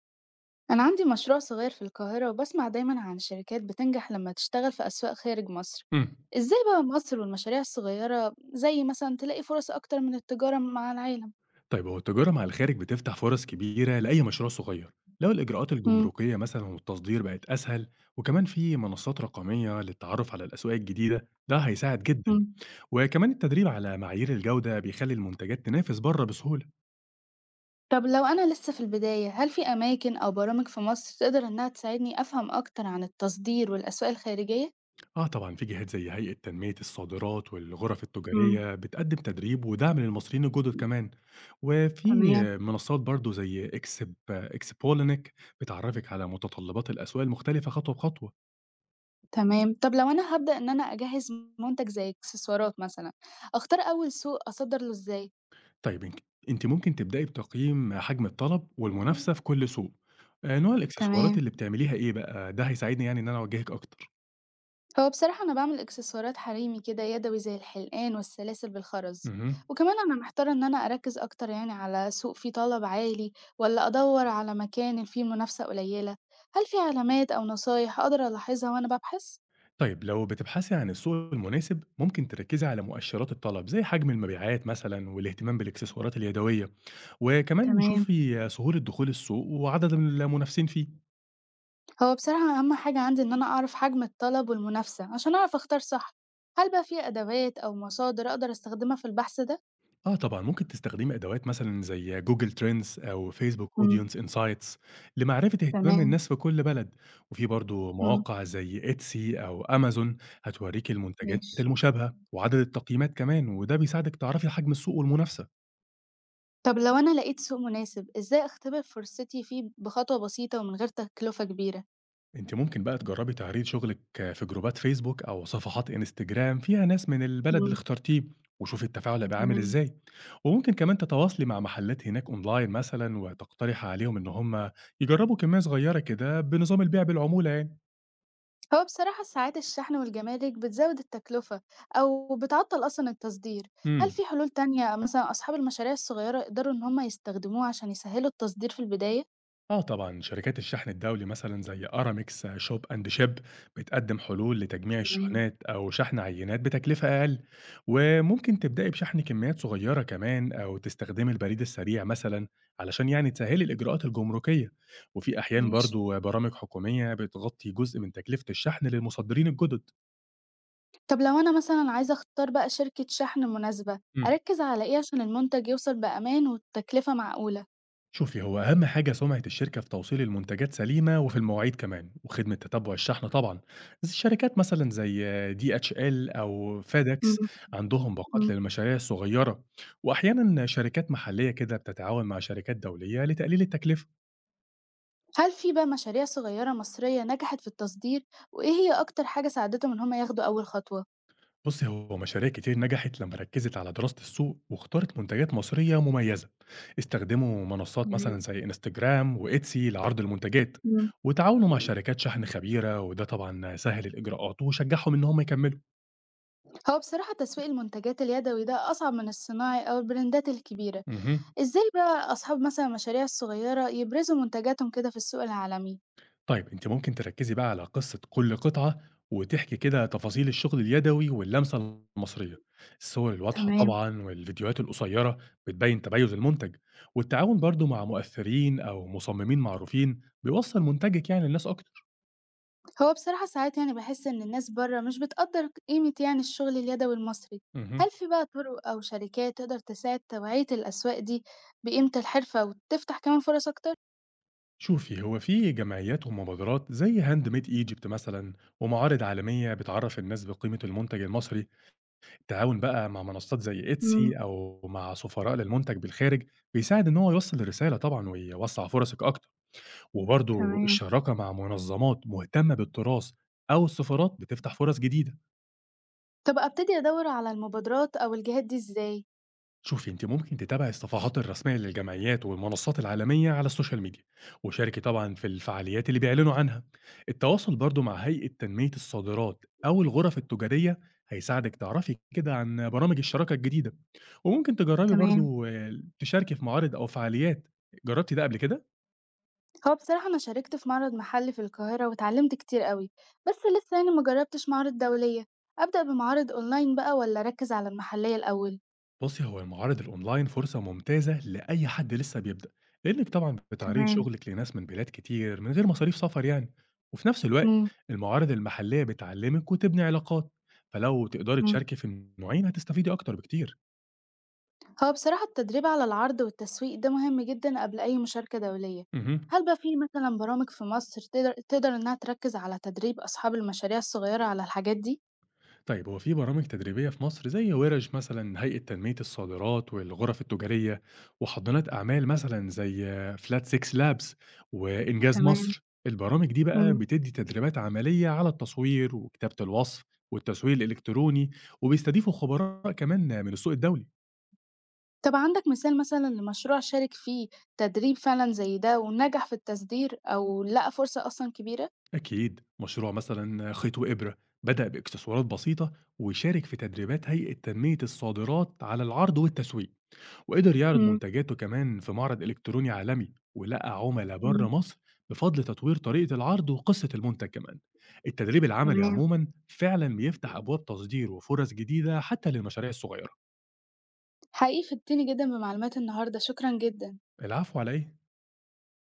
أنا عندي مشروع صغير في القاهرة وبسمع دايما عن شركات بتنجح لما تشتغل في أسواق خارج مصر. امم. إزاي بقى مصر والمشاريع الصغيرة زي مثلا تلاقي فرص أكتر من التجارة مع العالم؟ طيب هو التجارة مع الخارج بتفتح فرص كبيرة لأي مشروع صغير لو الإجراءات مم. الجمركية مثلا والتصدير بقت أسهل. وكمان في منصات رقمية للتعرف على الأسواق الجديدة ده هيساعد جدا. مم. وكمان التدريب على معايير الجودة بيخلي المنتجات تنافس بره بسهولة. طب لو أنا لسه في البداية هل في أماكن أو برامج في مصر تقدر إنها تساعدني أفهم أكتر عن التصدير والأسواق الخارجية؟ آه طبعا في جهات زي هيئة تنمية الصادرات والغرف مم. التجارية بتقدم تدريب ودعم للمصريين الجدد كمان. وفي تمام. منصات برضو زي اكسب اكسبولينك بتعرفك على متطلبات الأسواق المختلفة خطوة بخطوة. تمام. طب لو أنا هبدأ إن أنا أجهز منتج زي إكسسوارات مثلا، أختار أول سوق أصدر له إزاي؟ طيب إنك أنتِ ممكن تبدئي بتقييم حجم الطلب والمنافسة في كل سوق، نوع الإكسسوارات تمام. اللي بتعمليها إيه بقى، ده هيساعدني يعني إن أنا أوجهِك أكتر. هو بصراحة أنا باعمل إكسسوارات حريمي كده يدوي زي الحلقان والسلاسل بالخرز. اهم. وكمان أنا محتارة إن أنا أركز أكتر يعني على سوق فيه طلب عالي ولا أدور على مكان فيه منافسة قليلة. هل في علامات أو نصايح أقدر ألاحظها وأنا ببحث؟ طيب لو بتبحثي عن السوق المناسب، ممكن تركّزي على مؤشرات الطلب، زي حجم المبيعات مثلًا والاهتمام بالإكسسوارات اليدوية، وكمان تمام. شوفي سهولة دخول السوق وعدد المنافسين فيه. هو بصراحة أهم حاجة عندي إن أنا أعرف حجم الطلب والمنافسة عشان أعرف أختار صح. هل بقى في أدوات أو مصادر أقدر أستخدمها في البحث ده؟ آه طبعًا، ممكن تستخدمي أدوات مثلًا زي Google Trends أو Facebook امم. Audience Insights لمعرفة اهتمام تمام. الناس في كل بلد، وفي برضه امم. مواقع زي Etsy أو Amazon هتوريكِ المنتجات ماشي. المشابهة وعدد التقييمات كمان، وده بيساعدِك تعرفي حجم السوق والمنافسة. طب لو أنا لقيت سوق مناسب، إزاي أختبر فرصتي فيه بخطوة بسيطة ومن غير تكلفة كبيرة؟ أنتِ ممكن بقى تجرّبي تعرضي شغلِك في جروبات فيسبوك أو صفحات إنستجرام فيها ناس من البلد اللي مم. اخترتيه، وشوفي التفاعل هيبقى عامل تمام. إزاي، وممكن كمان تتواصلي مع محلات هناك أونلاين مثلًا وتقترحي عليهم إن هم يجرّبوا كمية صغيّرة كده بنظام البيع بالعمولة يعني. هو بصراحة ساعات الشحن والجمارك بتزود التكلفة أو بتعطل أصلا التصدير. هل إمم. في حلول تانية مثلا أصحاب المشاريع الصغيرة يقدروا إن هم يستخدموها عشان يسهلوا التصدير في البداية؟ آه طبعًا، شركات الشحن الدولي مثلًا زي أرامكس، شوب أند شيب بتقدم حلول لتجميع تمام. الشحنات أو شحن عينات بتكلفة أقل، وممكن تبدئي بشحن كميات صغيرة كمان أو تستخدمي البريد السريع مثلًا علشان يعني تسهّلي الإجراءات الجمركية، وفي أحيان ماشي. برضه برامج حكومية بتغطي جزء من تكلفة الشحن للمصدرين الجدد. طب لو أنا مثلا عايزة أختار بقى شركة شحن مناسبة، إمم. أركز على إيه عشان المنتج يوصل بأمان والتكلفة معقولة؟ شوفي، هو أهم حاجة سمعة الشركة في توصيل المنتجات سليمة وفي المواعيد كمان وخدمة تتبع الشحن طبعا. بس الشركات مثلا زي دي اتش ال أو فيدكس عندهم باقات مم. للمشاريع الصغيرة، وأحيانا شركات محلية كده بتتعاون مع شركات دولية لتقليل التكلفة. هل في بقى مشاريع صغيرة مصرية نجحت في التصدير وإيه هي أكتر حاجة ساعدتهم إن هم ياخدوا أول خطوة؟ بُصّي، هو مشاريع كتير نجحت لمّا ركّزت على دراسة السوق واختارت منتجات مصرية مميزة، استخدموا منصات مثلًا تمام. زي إنستجرام وإتسي لعرض المنتجات، مم. وتعاونوا مع شركات شحن خبيرة، وده طبعًا سهّل الإجراءات وشجّعهم إن هم يكمّلوا. هو بصراحة تسويق المنتجات اليدوي ده أصعب من الصناعي أو البراندات الكبيرة. اهم. إزاي بقى أصحاب مثلا المشاريع الصغيرة يبرزوا منتجاتهم كده في السوق العالمي؟ طيب أنتِ ممكن تركّزي بقى على قصة كل قطعة، وتحكي كده تفاصيل الشغل اليدوي واللمسة المصرية. الصور الواضحة تمام. طبعًا والفيديوهات القصيرة بتبيّن تميُّز المنتج، والتعاون برضه مع مؤثرين أو مصممين معروفين بيوصّل منتجِك يعني للناس أكتر. هو بصراحة ساعات يعني بحس إن الناس بره مش بتقدر قيمة يعني الشغل اليدوي المصري. اهم. هل في بقى طرق أو شركات تقدر تساعد توعية الأسواق دي بقيمة الحرفة وتفتح كمان فرص أكتر؟ شوفي، هو في جمعيات ومبادرات زي handmade Egypt مثلًا، ومعارض عالمية بتعرّف الناس بقيمة المنتج المصري. التعاون بقى مع منصات زي مم. إتسي أو مع سفراء للمنتج بالخارج بيساعد إن هو يوصل الرسالة طبعًا ويوسّع فرصك أكتر، وبرضه تمام. الشراكة مع منظمات مهتمة بالتراث أو السفارات بتفتح فرص جديدة. طب أبتدي أدوّر على المبادرات أو الجهات دي إزاي؟ شوفي، انت ممكن تتابعي الصفحات الرسميه للجمعيات والمنصات العالميه على السوشيال ميديا، وشاركي طبعا في الفعاليات اللي بيعلنوا عنها. التواصل برضو مع هيئه تنميه الصادرات او الغرف التجاريه هيساعدك تعرفي كده عن برامج الشراكه الجديده. وممكن تجربي تمام. برضو تشاركي في معارض او فعاليات. جربتي ده قبل كده؟ هو بصراحة أنا شاركت في معرض محلي في القاهرة واتعلمت كتير أوي، بس لسه يعني ما جربتش معارض دولية. أبدأ بمعارض أونلاين بقى ولا أركز على المحلية الأول؟ بُصّي، هو المعارض الأونلاين فرصة ممتازة لأي حد لسه بيبدأ، لإنِّك طبعًا بتعرضي تمام. شغلِك لناس من بلاد كتير من غير مصاريف سفر يعني، وفي نفس الوقت مم. المعارض المحلية بتعلّمِك وتبني علاقات، فلو تقدري مم. تشاركي في النوعين هتستفيدي أكتر بكتير. هو بصراحة التدريب على العرض والتسويق ده مهم جدا قبل أي مشاركة دولية. اهم. هل بقى في مثلا برامج في مصر تقدر إنها تركز على تدريب أصحاب المشاريع الصغيرة على الحاجات دي؟ طيب هو في برامج تدريبية في مصر زي ورش مثلا هيئة تنمية الصادرات والغرف التجارية، وحضانات أعمال مثلا زي فلات 6 لابس وإنجاز تمام. مصر. البرامج دي بقى مم. بتدي تدريبات عملية على التصوير وكتابة الوصف والتسويق الإلكتروني، وبيستضيفوا خبراء كمان من السوق الدولي. طب عندك مثال مثلًا لمشروع شارك فيه تدريب فعلًا زي ده ونجح في التصدير أو لقى فرصة أصلًا كبيرة؟ أكيد مشروع مثلا خيط وإبرة بدأ بإكسسوارات بسيطة وشارك في تدريبات هيئة تنمية الصادرات على العرض والتسويق، وقدر يعرض إمم. منتجاته كمان في معرض إلكتروني عالمي ولقى عملاء إمم. بره مصر بفضل تطوير طريقة العرض وقصة المنتج كمان. التدريب العملي تمام. عموما فعلا بيفتح أبواب تصدير وفرص جديدة حتى للمشاريع الصغيرة. حقيقي فدتني جدًا بمعلومات النهارده، شكرًا جدًا. العفو عليه.